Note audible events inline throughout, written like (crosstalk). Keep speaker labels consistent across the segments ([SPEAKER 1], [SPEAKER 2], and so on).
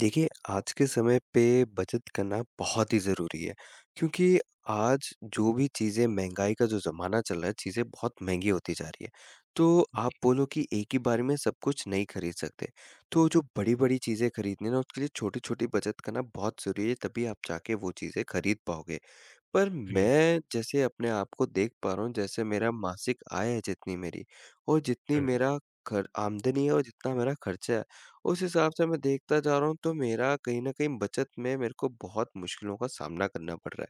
[SPEAKER 1] देखिए, आज के समय पे बचत करना बहुत ही ज़रूरी है, क्योंकि आज जो भी चीज़ें महँगाई का जो ज़माना चल रहा है, चीज़ें बहुत महँगी होती जा रही है। तो आप बोलो कि एक ही बार में सब कुछ नहीं खरीद सकते। तो जो बड़ी-बड़ी चीज़ें खरीदनी है ना, उसके लिए छोटी-छोटी बचत करना बहुत ज़रूरी है, तभी आप जाके वो चीज़ें खरीद पाओगे। पर
[SPEAKER 2] हुँ,
[SPEAKER 1] मैं जैसे अपने आप को देख पा रहा हूँ, जैसे मेरा मासिक आय है जितनी मेरी और जितनी
[SPEAKER 2] हुँ,
[SPEAKER 1] मेरा खर आमदनी है और जितना मेरा खर्चा है, उस हिसाब से मैं देखता जा रहा हूँ तो मेरा कहीं न कहीं बचत में मेरे को बहुत मुश्किलों का सामना करना पड़ रहा है।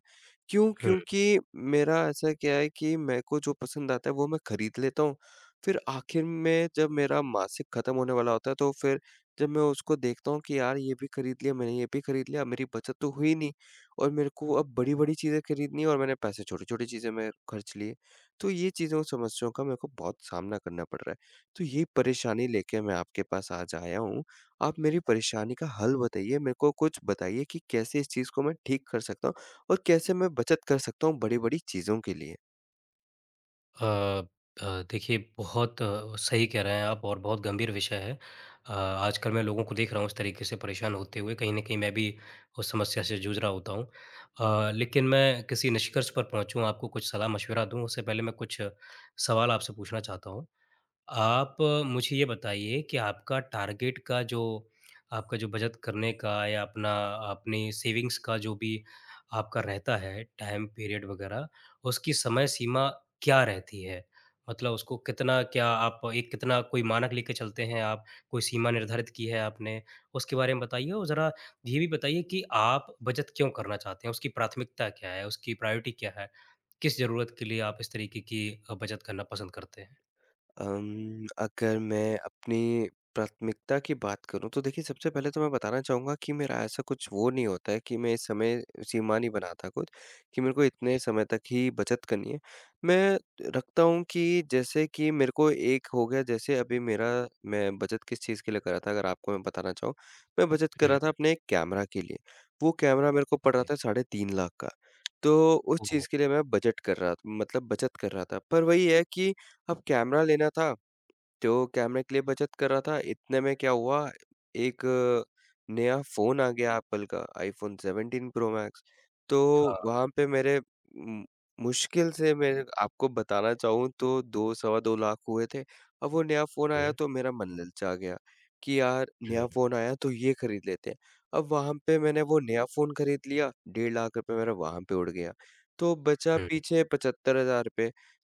[SPEAKER 1] क्यों?
[SPEAKER 2] हुँ।
[SPEAKER 1] क्योंकि मेरा ऐसा क्या है कि मेरे को जो पसंद आता है वो मैं खरीद लेता हूँ, फिर आखिर में जब मेरा मासिक खत्म होने वाला होता है तो फिर जब मैं उसको देखता हूँ कि यार ये भी खरीद लिया, मैंने ये भी खरीद लिया, मेरी बचत तो हुई नहीं। और मेरे को अब बड़ी-बड़ी चीज़ें खरीदनी है और मैंने पैसे छोटी-छोटी चीज़ों में खर्च लिए। तो ये चीज़ों समस्याओं का मेरे को बहुत सामना करना पड़ रहा है। तो ये परेशानी लेके मैं आपके पास आज आया हूँ। आप मेरी परेशानी का हल बताइए, मेरे को कुछ बताइए कि कैसे इस चीज़ को मैं ठीक कर सकता हूँ और कैसे मैं बचत कर सकता हूँ बड़ी-बड़ी चीज़ों के लिए?
[SPEAKER 2] अ देखिए, बहुत सही कह रहे हैं आप और बहुत गंभीर विषय है। आजकल मैं लोगों को देख रहा हूँ इस तरीके से परेशान होते हुए, कहीं न कहीं मैं भी उस समस्या से जूझ रहा होता हूँ। लेकिन मैं किसी निष्कर्ष पर पहुँचूँ, आपको कुछ सलाह-मशविरा दूँ, उससे पहले मैं कुछ सवाल आपसे पूछना चाहता हूँ। आप मुझे ये बताइए कि आपका टारगेट का जो आपका जो बचत करने का या अपना अपनी सेविंग्स का जो भी आपका रहता है टाइम पीरियड वगैरह, उसकी समय सीमा क्या रहती है? मतलब उसको कितना, क्या आप एक कितना कोई मानक लेके चलते हैं आप? कोई सीमा निर्धारित की है आपने? उसके बारे में बताइए और ज़रा ये भी बताइए कि आप बचत क्यों करना चाहते हैं? उसकी प्राथमिकता क्या है? उसकी प्रायोरिटी क्या है? किस ज़रूरत के लिए आप इस तरीके की बचत करना पसंद करते हैं?
[SPEAKER 1] अगर मैं अपनी प्राथमिकता की बात करूँ तो देखिए सबसे पहले तो मैं बताना चाहूँगा कि मेरा ऐसा कुछ वो नहीं होता है कि मैं इस समय सीमा नहीं बनाता कुछ कि मेरे को इतने समय तक ही बचत करनी है। मैं रखता हूँ कि जैसे कि मेरे को एक हो गया जैसे अभी मेरा मैं बचत किस चीज़ के लिए कर रहा था अगर आपको मैं बताना चाहूँ। मैं बचत कर रहा
[SPEAKER 2] जी।
[SPEAKER 1] था अपने एक कैमरा के लिए। वो कैमरा मेरे को पड़ रहा
[SPEAKER 2] कर
[SPEAKER 1] था 3.5 लाख का। तो उस
[SPEAKER 2] दो। कर
[SPEAKER 1] चीज़
[SPEAKER 2] दो।
[SPEAKER 1] के लिए मैं बजट कर रहा था, मतलब बचत कर रहा था। पर वही है कि अब कैमरा लेना था, तो कैमरे के लिए बचत कर रहा था, इतने में क्या हुआ एक नया फ़ोन आ गया एप्पल का आईफ़ोन 17 प्रो मैक्स। तो वहाँ पे मेरे मुश्किल से मैं आपको बताना चाहूँ तो 2 सवा 2 लाख हुए थे। अब वो नया फ़ोन आया
[SPEAKER 2] कर
[SPEAKER 1] तो मेरा मन ललचा गया कि यार
[SPEAKER 2] दो।
[SPEAKER 1] नया फ़ोन आया तो ये खरीद लेते हैं। अब वहाँ पे मैंने वो नया फ़ोन खरीद लिया, डेढ़ लाख रुपए मेरा वहाँ पे उड़ गया। तो बचा
[SPEAKER 2] दो।
[SPEAKER 1] पीछे ₹75,000।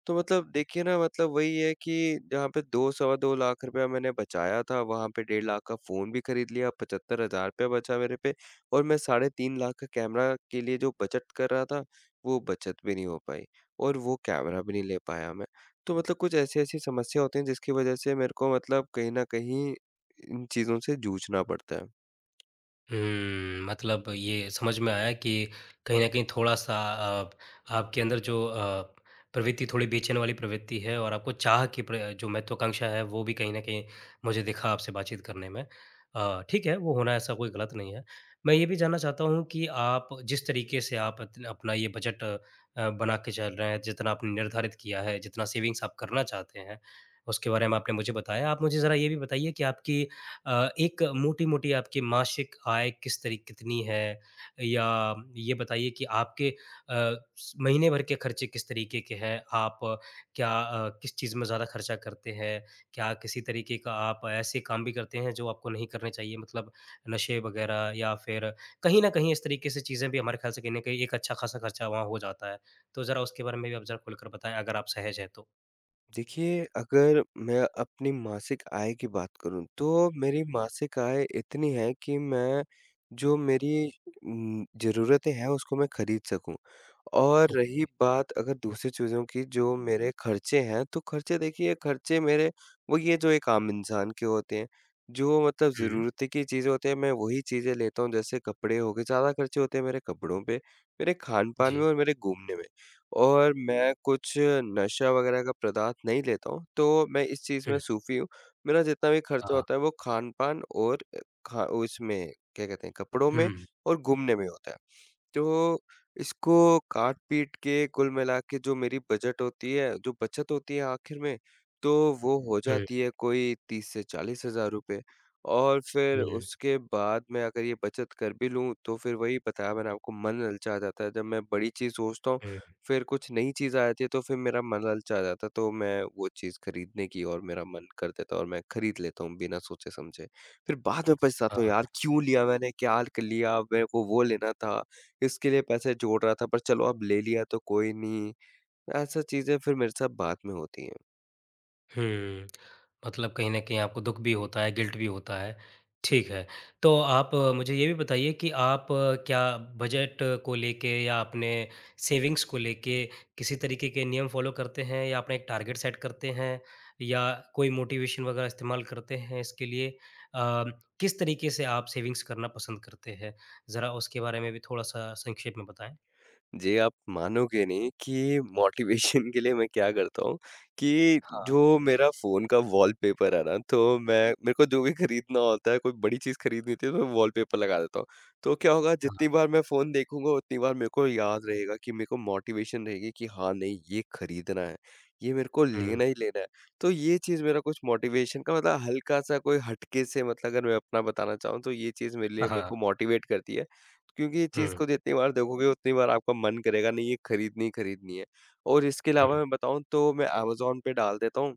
[SPEAKER 1] तो मतलब देखिए ना मतलब वही है कि जहाँ पे 2 सवा 2 लाख रुपया मैंने बचाया था, वहाँ पे डेढ़ लाख का फ़ोन भी खरीद लिया, 75,000 रुपया बचा मेरे पे और मैं साढ़े 3 लाख का कैमरा के लिए जो बचत कर रहा था, वो बचत भी नहीं हो पाई और वो कैमरा भी नहीं ले पाया मैं। तो मतलब कुछ ऐसी-ऐसी समस्या होती है जिसकी वजह से मेरे को मतलब कहीं न कहीं इन चीज़ों से जूझना पड़ता है।
[SPEAKER 2] हुँ। मतलब ये समझ में आया कि कहीं न कहीं थोड़ा-सा अ, आपके अंदर जो प्रवृत्ति, थोड़ी बेचैन वाली प्रवृत्ति है, और आपको चाह की प्र जो महत्वाकांक्षा है वो भी कहीं न कहीं मुझे दिखा आपसे बातचीत करने में। ठीक है, वो होना ऐसा कोई गलत नहीं है। मैं ये भी जानना चाहता हूँ कि आप जिस तरीके से आप अत अपना ये बजट बना के चल रहे हैं, जितना आपने निर्धारित किया है, जितना सेविंग्स आप करना चाहते हैं, उसके बारे में आपने मुझे बताया। आप मुझे ज़रा ये भी बताइए कि आपकी एक मोटी-मोटी आपकी मासिक आय किस तरी कितनी है? या ये बताइए कि आपके स महीने भर के खर्चे किस तरीके के हैं? आप क्या किस चीज़ में ज़्यादा खर्चा करते हैं? क्या किसी तरीके का आप ऐसे काम भी करते हैं जो आपको नहीं करने चाहिए? मतलब नशे वगैरह, या फिर कहीं न कहीं इस तरीके से चीज़ें भी, हमारे ख़्याल से कहीं न कहीं एक अच्छा ख़ासा खर्चा वहाँ हो जाता है। तो ज़रा उसके बारे में भी आप ज़रा खुलकर बताएँ, अगर आप सहज हैं तो?
[SPEAKER 1] देखिए, अगर मैं अपनी मासिक आय की बात करूँ, तो मेरी मासिक आय इतनी है कि मैं जो मेरी ज़रूरतें हैं उसको मैं खरीद सकूँ। और रही
[SPEAKER 2] ओके।
[SPEAKER 1] बात अगर दूसरी चीज़ों की जो मेरे खर्चे हैं, तो खर्चे देखिए खर्चे मेरे वही है जो एक आम इंसान के होते हैं। जो मतलब
[SPEAKER 2] हुँ।
[SPEAKER 1] ज़रूरत की चीज़ें होती हैं मैं वही चीज़ें लेता हूँ जैसे कपड़े हो गए, ज़्यादा खर्चे होते हैं मेरे कपड़ों पे, मेरे खान-पान में
[SPEAKER 2] जी।
[SPEAKER 1] और मेरे घूमने में। और मैं कुछ नशा वगैरह का पदार्थ नहीं लेता हूँ, तो मैं इस चीज़ में
[SPEAKER 2] हुँ।
[SPEAKER 1] सूफ़ी हूँ। मेरा जितना भी खर्चा
[SPEAKER 2] हाँ।
[SPEAKER 1] होता है वो खान-पान और खा उसमें क्या कहते हैं कपड़ों में
[SPEAKER 2] हुँ।
[SPEAKER 1] और घूमने में होता है। तो इसको काट-पीट के कुल मिला के जो मेरी बजट होती है, जो बचत होती है आखिर में, तो वो हो
[SPEAKER 2] हुँ,
[SPEAKER 1] जाती है कोई 30 से 40 हज़ार रुपए। और फिर
[SPEAKER 2] हुँ,
[SPEAKER 1] उसके बाद मैं अगर ये बचत कर भी लूँ, तो फिर वही बताया मैंने आपको मन ललचा जाता है। जब मैं बड़ी चीज़ सोचता हूँ,
[SPEAKER 2] हुँ।
[SPEAKER 1] फिर कुछ नई चीज़ आ जाती है तो फिर मेरा मन ललचा जाता है, तो मैं वो चीज़ खरीदने की और मेरा मन कर देता है और मैं खरीद लेता हूँ बिना सोचे-समझे। फिर बाद में पछताता हूँ, यार
[SPEAKER 2] हाँ,
[SPEAKER 1] क्यों लिया मैंने? क्या कर लिया? मेरे को वो लेना था। इसके लिए पैसे जोड़ रहा था पर चलो अब ले लिया तो कोई नहीं। ऐसा चीज़ें फिर मेरे साथ बाद में होती हैं।
[SPEAKER 2] हुँ। मतलब कहीं न कहीं आपको दुःख भी होता है, गिल्ट भी होता है। ठीक है। तो आप मुझे ये भी बताइए कि आप क्या बजट को लेके, या अपने सेविंग्स को लेके, किसी तरीके के नियम फ़ॉलो करते हैं, या अपना एक टारगेट सेट करते हैं, या कोई मोटिवेशन वगैरह इस्तेमाल करते हैं इसके लिए? अ, किस तरीके से आप सेविंग्स करना पसंद करते हैं? ज़रा उसके बारे में भी थोड़ा-सा संक्षेप में बताएँ।
[SPEAKER 1] जी, आप मानोगे नहीं कि मोटिवेशन (laughs) के लिए मैं क्या करता हूँ कि
[SPEAKER 2] हाँ,
[SPEAKER 1] जो मेरा फ़ोन का वॉलपेपर है ना, तो मैं मेरे को जो भी खरीदना होता है, कोई बड़ी चीज़ खरीदनी होती है तो मैं वॉलपेपर लगा देता हूँ। तो क्या होगा
[SPEAKER 2] हाँ।
[SPEAKER 1] जितनी बार मैं फ़ोन देखूँगा उतनी बार मेरे को याद रहेगा कि मेरे को मोटिवेशन रहेगी कि हाँ, नहीं ये खरीदना है, ये मेरे को
[SPEAKER 2] हुँ।
[SPEAKER 1] लेना ही लेना है। तो ये चीज़ मेरा कुछ मोटिवेशन का मतलब हल्का-सा कोई हटके से मतलब अगर मैं अपना बताना चाहूँ तो ये चीज़ मेरे लिए मेरे
[SPEAKER 2] हाँ,
[SPEAKER 1] को मोटिवेट करती है। क्योंकि ये चीज़
[SPEAKER 2] हुँ,
[SPEAKER 1] को जितनी बार देखोगे उतनी बार आपका मन करेगा नहीं ये खरीदनी ही खरीदनी है। और इसके
[SPEAKER 2] हुँ,
[SPEAKER 1] अलावा मैं बताऊँ तो मैं अमेज़न पे डाल देता हूँ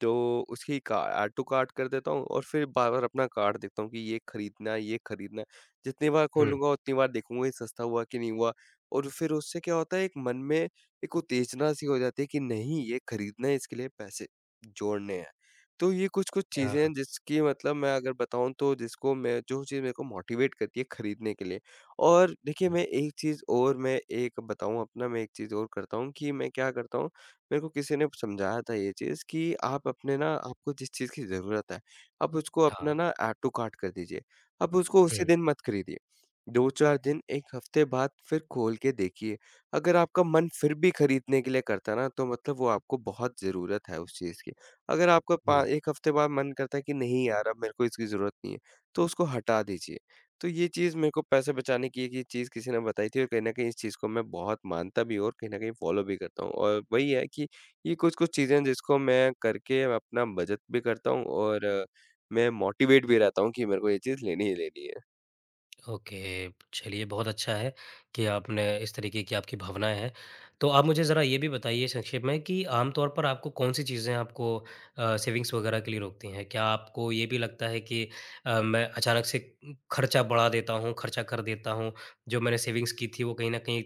[SPEAKER 1] तो उसकी का ऐड टू कार्ट कर देता हूँ और फिर बार-बार अपना कार्ट देखता हूँ कि ये खरीदना है, ये खरीदना है। जितनी बार
[SPEAKER 2] हुँ।
[SPEAKER 1] खोलूँगा उतनी बार देखूँगा ये सस्ता हुआ कि नहीं हुआ और फिर उससे क्या होता है एक मन में एक उत्तेजना सी हो जाती है कि नहीं ये खरीदना है इसके लिए पैसे जोड़ने हैं। तो ये कुछ-कुछ चीज़ें
[SPEAKER 2] हाँ,
[SPEAKER 1] हैं जिसकी मतलब मैं अगर बताऊँ तो जिसको मैं जो चीज़ मेरे को मोटिवेट करती है खरीदने के लिए। और देखिए
[SPEAKER 2] हुँ,
[SPEAKER 1] मैं एक चीज़ और मैं एक बताऊँ अपना मैं एक चीज़ और करता हूँ कि मैं क्या करता हूँ मेरे को किसी ने समझाया था ये चीज़ कि आप अपने ना आपको जिस चीज़ की ज़रूरत है, आप उसको अपना
[SPEAKER 2] हाँ,
[SPEAKER 1] ना ऐड टू कार्ट कर दीजिए। आप उसको उसी
[SPEAKER 2] हुँ।
[SPEAKER 1] दिन मत खरीदिए। 2-4 दिन, 1 हफ्ते बाद फिर खोल के देखिए। अगर आपका मन फिर भी खरीदने के लिए करता है ना, तो मतलब वो आपको बहुत ज़रूरत है उस चीज़ की। अगर आपका पा
[SPEAKER 2] हुँ,
[SPEAKER 1] 1 हफ्ते बाद मन करता है कि नहीं यार अब मेरे को इसकी ज़रूरत नहीं है, तो उसको हटा दीजिए। तो ये चीज़ मेरे को पैसे बचाने की एक ये चीज़ किसी ने बताई थी और कहीं न कहीं इस चीज़ को मैं बहुत मानता भी हूँ और कहीं न कहीं फ़ॉलो भी करता हूँ। और वही है कि ये कुछ-कुछ चीज़ें हैं जिसको मैं करके अपना बचत भी करता हूँ और मैं मोटिवेट भी रहता हूँ कि मेरे को ये चीज़ लेनी ही लेनी है।
[SPEAKER 2] ओके। चलिए, बहुत अच्छा है कि आपने इस तरीके की आपकी भावनाएँ हैं। तो आप मुझे ज़रा ये भी बताइए संक्षेप में कि आम तौर पर आपको कौन-सी चीज़ें आपको सेविंग्स वग़ैरह के लिए रोकती हैं? क्या आपको ये भी लगता है कि मैं अचानक से खर्चा बढ़ा देता हूँ, खर्चा कर देता हूँ, जो मैंने सेविंग्स की थी वो कहीं न कहीं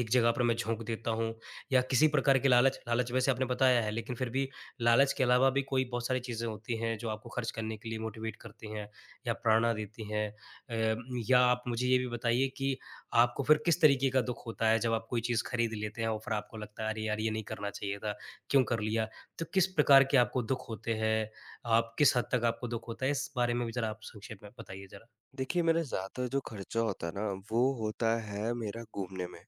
[SPEAKER 2] एक जगह पर मैं झोंक देता हूँ, या किसी प्रकार के लालच? लालच वैसे आपने बताया है, लेकिन फिर भी लालच के अलावा भी कोई बहुत सारी चीज़ें होती हैं जो आपको खर्च करने के लिए मोटिवेट करती हैं या प्रेरणा देती हैं। अ, या आप मुझे ये भी बताइए कि आपको फिर किस तरीके का दुःख होता है जब आप कोई चीज़ खरीद लेते हैं, और फिर आपको लगता है अरे यार ये नहीं करना चाहिए था, क्यों कर लिया? तो किस प्रकार के आपको दुःख होते हैं? आप किस हद तक आपको दुःख होता है? इस बारे में भी ज़रा आप संक्षेप में बताइए ज़रा।
[SPEAKER 1] देखिए, मेरा ज़्यादा जो खर्चा होता है ना, वो होता है मेरा घूमने में।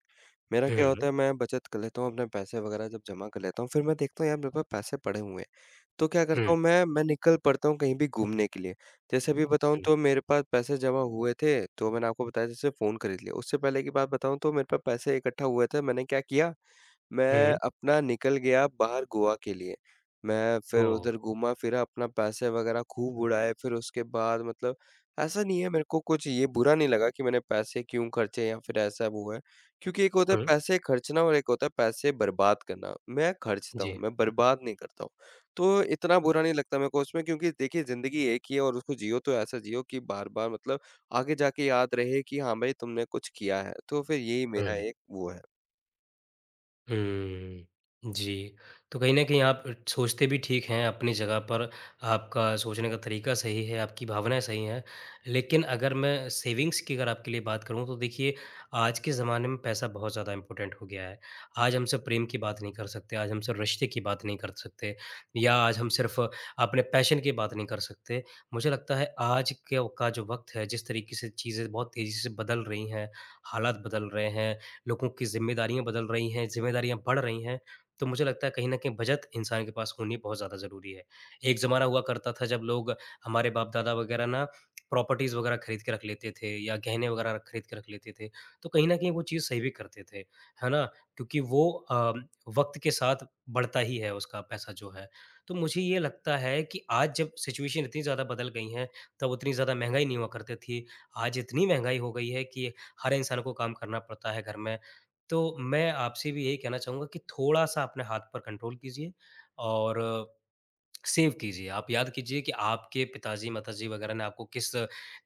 [SPEAKER 1] मेरा क्या होता
[SPEAKER 2] हुँ,
[SPEAKER 1] है मैं बचत कर लेता हूँ, अपने पैसे वग़ैरह जब जमा कर लेता हूँ, फिर मैं देखता हूँ यार मेरे पास पैसे पड़े हुए हैं। तो क्या करता
[SPEAKER 2] हुँ,
[SPEAKER 1] हूँ मैं निकल पड़ता हूँ कहीं भी घूमने के लिए। जैसे अभी बताऊँ
[SPEAKER 2] हुँ,
[SPEAKER 1] तो मेरे पास पैसे जमा हुए थे, तो मैंने आपको बताया जैसे फ़ोन खरीद लिया। उससे पहले की बात बताऊँ तो मेरे पास पैसे इकट्ठा हुए थे, मैंने क्या किया मैं
[SPEAKER 2] हुँ,
[SPEAKER 1] अपना निकल गया बाहर गोवा के लिए। मैं फिर
[SPEAKER 2] ओह!
[SPEAKER 1] उधर घूमा-फिरा, अपना पैसे वगैरह खूब उड़ाए, फिर उसके बाद मतलब ऐसा नहीं है मेरे को कुछ ये बुरा नहीं लगा कि मैंने पैसे क्यों खर्चे या फिर ऐसा वो है। क्योंकि एक होता है
[SPEAKER 2] हुँ,
[SPEAKER 1] पैसे खर्चना और एक होता है पैसे बर्बाद करना। मैं खर्चता हूँ,
[SPEAKER 2] जी।
[SPEAKER 1] मैं बर्बाद नहीं करता हूँ। तो इतना बुरा नहीं लगता मेरे को उसमें क्योंकि देखिए ज़िंदगी एक ही है और उसको जियो तो ऐसा जियो कि बार-बार मतलब आगे जाके याद रहे कि हाँ भाई तुमने कुछ किया है। तो फिर यही मेरा
[SPEAKER 2] हुँ।
[SPEAKER 1] एक वो है।
[SPEAKER 2] हुँ। जी, तो कहीं न कहीं आप सोचते भी ठीक हैं, अपनी जगह पर आपका सोचने का तरीका सही है, आपकी भावनाएँ सही हैं। लेकिन अगर मैं सेविंग्स की अगर आपके लिए बात करूँ तो देखिए, आज के ज़माने में पैसा बहुत ज़्यादा इम्पोर्टेंट हो गया है। आज हम सिर्फ़ प्रेम की बात नहीं कर सकते, आज हम सिर्फ़ रिश्ते की बात नहीं कर सकते, या आज हम सिर्फ़ अपने पैशन की बात नहीं कर सकते। मुझे लगता है आज के का जो वक़्त है, जिस तरीके से चीज़ें बहुत तेज़ी से बदल रही हैं, हालात बदल रहे हैं, लोगों की ज़िम्मेदारियाँ बदल रही हैं, ज़िम्मेदारियाँ बढ़ रही हैं, तो मुझे लगता है कहीं न कहीं बचत इंसान के पास होनी बहुत ज़्यादा ज़रूरी है। एक ज़माना हुआ करता था जब लोग, हमारे बाप-दादा वग़ैरह ना, प्रॉपर्टीज़ वग़ैरह खरीद के रख लेते थे या गहने वग़ैरह खरीद के रख लेते थे, तो कहीं न कहीं वो चीज़ सही भी करते थे, है ना? क्योंकि वो वक़्त के साथ बढ़ता ही है उसका पैसा जो है। तो मुझे ये लगता है कि आज जब सिचुएशन इतनी ज़्यादा बदल गई है, तब उतनी ज़्यादा महँगाई नहीं हुआ करती थी। आज इतनी महँगाई हो गई है कि हर इंसान को काम करना पड़ता है घर में, तो मैं आपसे भी यही कहना चाहूँगा कि थोड़ा-सा अपने हाथ पर कंट्रोल कीजिए और सेव कीजिए। आप याद कीजिए कि आपके पिताजी, माताजी वग़ैरह ने आपको किस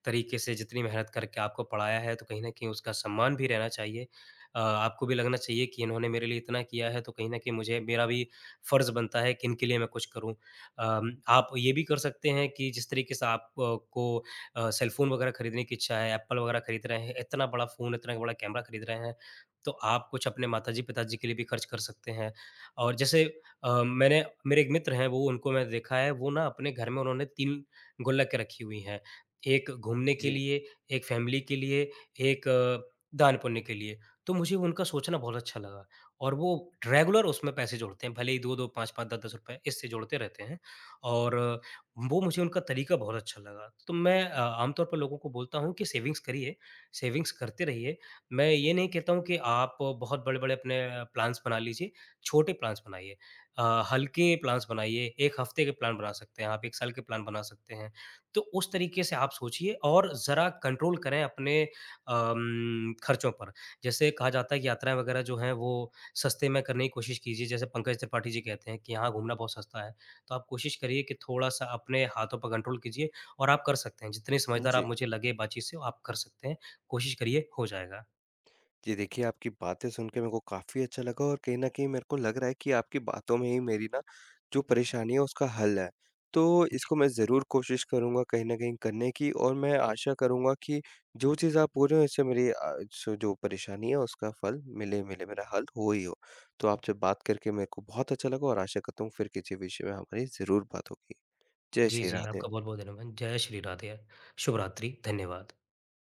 [SPEAKER 2] तरीके से, जितनी मेहनत करके आपको पढ़ाया है, तो कहीं न कहीं उसका सम्मान भी रहना चाहिए। आपको भी लगना चाहिए कि इन्होंने मेरे लिए इतना किया है, तो कहीं न कहीं मुझे, मेरा भी फ़र्ज़ बनता है कि इनके लिए मैं कुछ करूँ। आप ये भी कर सकते हैं कि जिस तरीके से आप को सेलफ़ोन वग़ैरह खरीदने की इच्छा है, एप्पल वग़ैरह खरीद रहे हैं, इतना बड़ा फ़ोन, इतना बड़ा कैमरा खरीद रहे हैं, तो आप कुछ अपने माताजी-पिताजी के लिए भी खर्च कर सकते हैं। और जैसे मैंने, मेरे एक मित्र हैं, वो, उनको मैंने देखा है, वो ना अपने घर में उन्होंने 3 गुल्लकें रखी हुई हैं। एक घूमने के
[SPEAKER 1] जी।
[SPEAKER 2] लिए, एक फ़ैमिली के लिए, एक दान-पुण्य के लिए। तो मुझे उनका सोचना बहुत अच्छा लगा, और वो रेगुलर उसमें पैसे जोड़ते हैं, भले ही 2-2, 5-5, 10-10 रुपए, इससे जोड़ते रहते हैं, और वो, मुझे उनका तरीका बहुत अच्छा लगा। तो मैं आमतौर पर लोगों को बोलता हूँ कि सेविंग्स करिए, सेविंग्स करते रहिए। मैं ये नहीं कहता हूँ कि आप बहुत बड़े-बड़े अपने प्लान्स बना लीजिए, छोटे प्लान्स बनाइए। अ, हल्के प्लान्स बनाइए, 1 हफ्ते के प्लान बना सकते हैं आप, 1 साल के प्लान बना सकते हैं। तो उस तरीके से आप सोचिए और ज़रा कंट्रोल करें अपने खर्चों पर। जैसे कहा जाता है कि यात्राएँ वगैरह जो हैं वो सस्ते में करने की कोशिश कीजिए, जैसे पंकज त्रिपाठी जी कहते हैं कि यहाँ घूमना बहुत सस्ता है। तो आप कोशिश करिए कि थोड़ा-सा अपने हाथों पर कंट्रोल कीजिए, और आप कर सकते हैं, जितने समझदार आप
[SPEAKER 1] जी।
[SPEAKER 2] मुझे लगे बातचीत से, आप कर सकते हैं, कोशिश करिए, हो जाएगा।
[SPEAKER 1] जी, देखिए आपकी बातें सुन के मेरे को काफ़ी अच्छा लगा और कहीं न कहीं मेरे को लग रहा है कि आपकी बातों में ही मेरी ना जो परेशानी है उसका हल है। तो
[SPEAKER 2] जी,
[SPEAKER 1] इसको मैं ज़रूर कोशिश करूँगा कहीं न कहीं करने की और मैं आशा करूँगा कि जो चीज़ आप बोल रहे हो इससे मेरी सो जो परेशानी है उसका फल मिले मिले मेरा हल हो ही हो। तो आपसे बात करके मेरे को बहुत अच्छा लगा और आशा करता हूँ फिर किसी विषय में हमारी ज़रूर बात होगी। जय
[SPEAKER 2] जी,
[SPEAKER 1] श्री
[SPEAKER 2] जी,
[SPEAKER 1] राधे।
[SPEAKER 2] आपका बहुत-बहुत धन्यवाद। जय श्री राधे। शुभ रात्रि, धन्यवाद।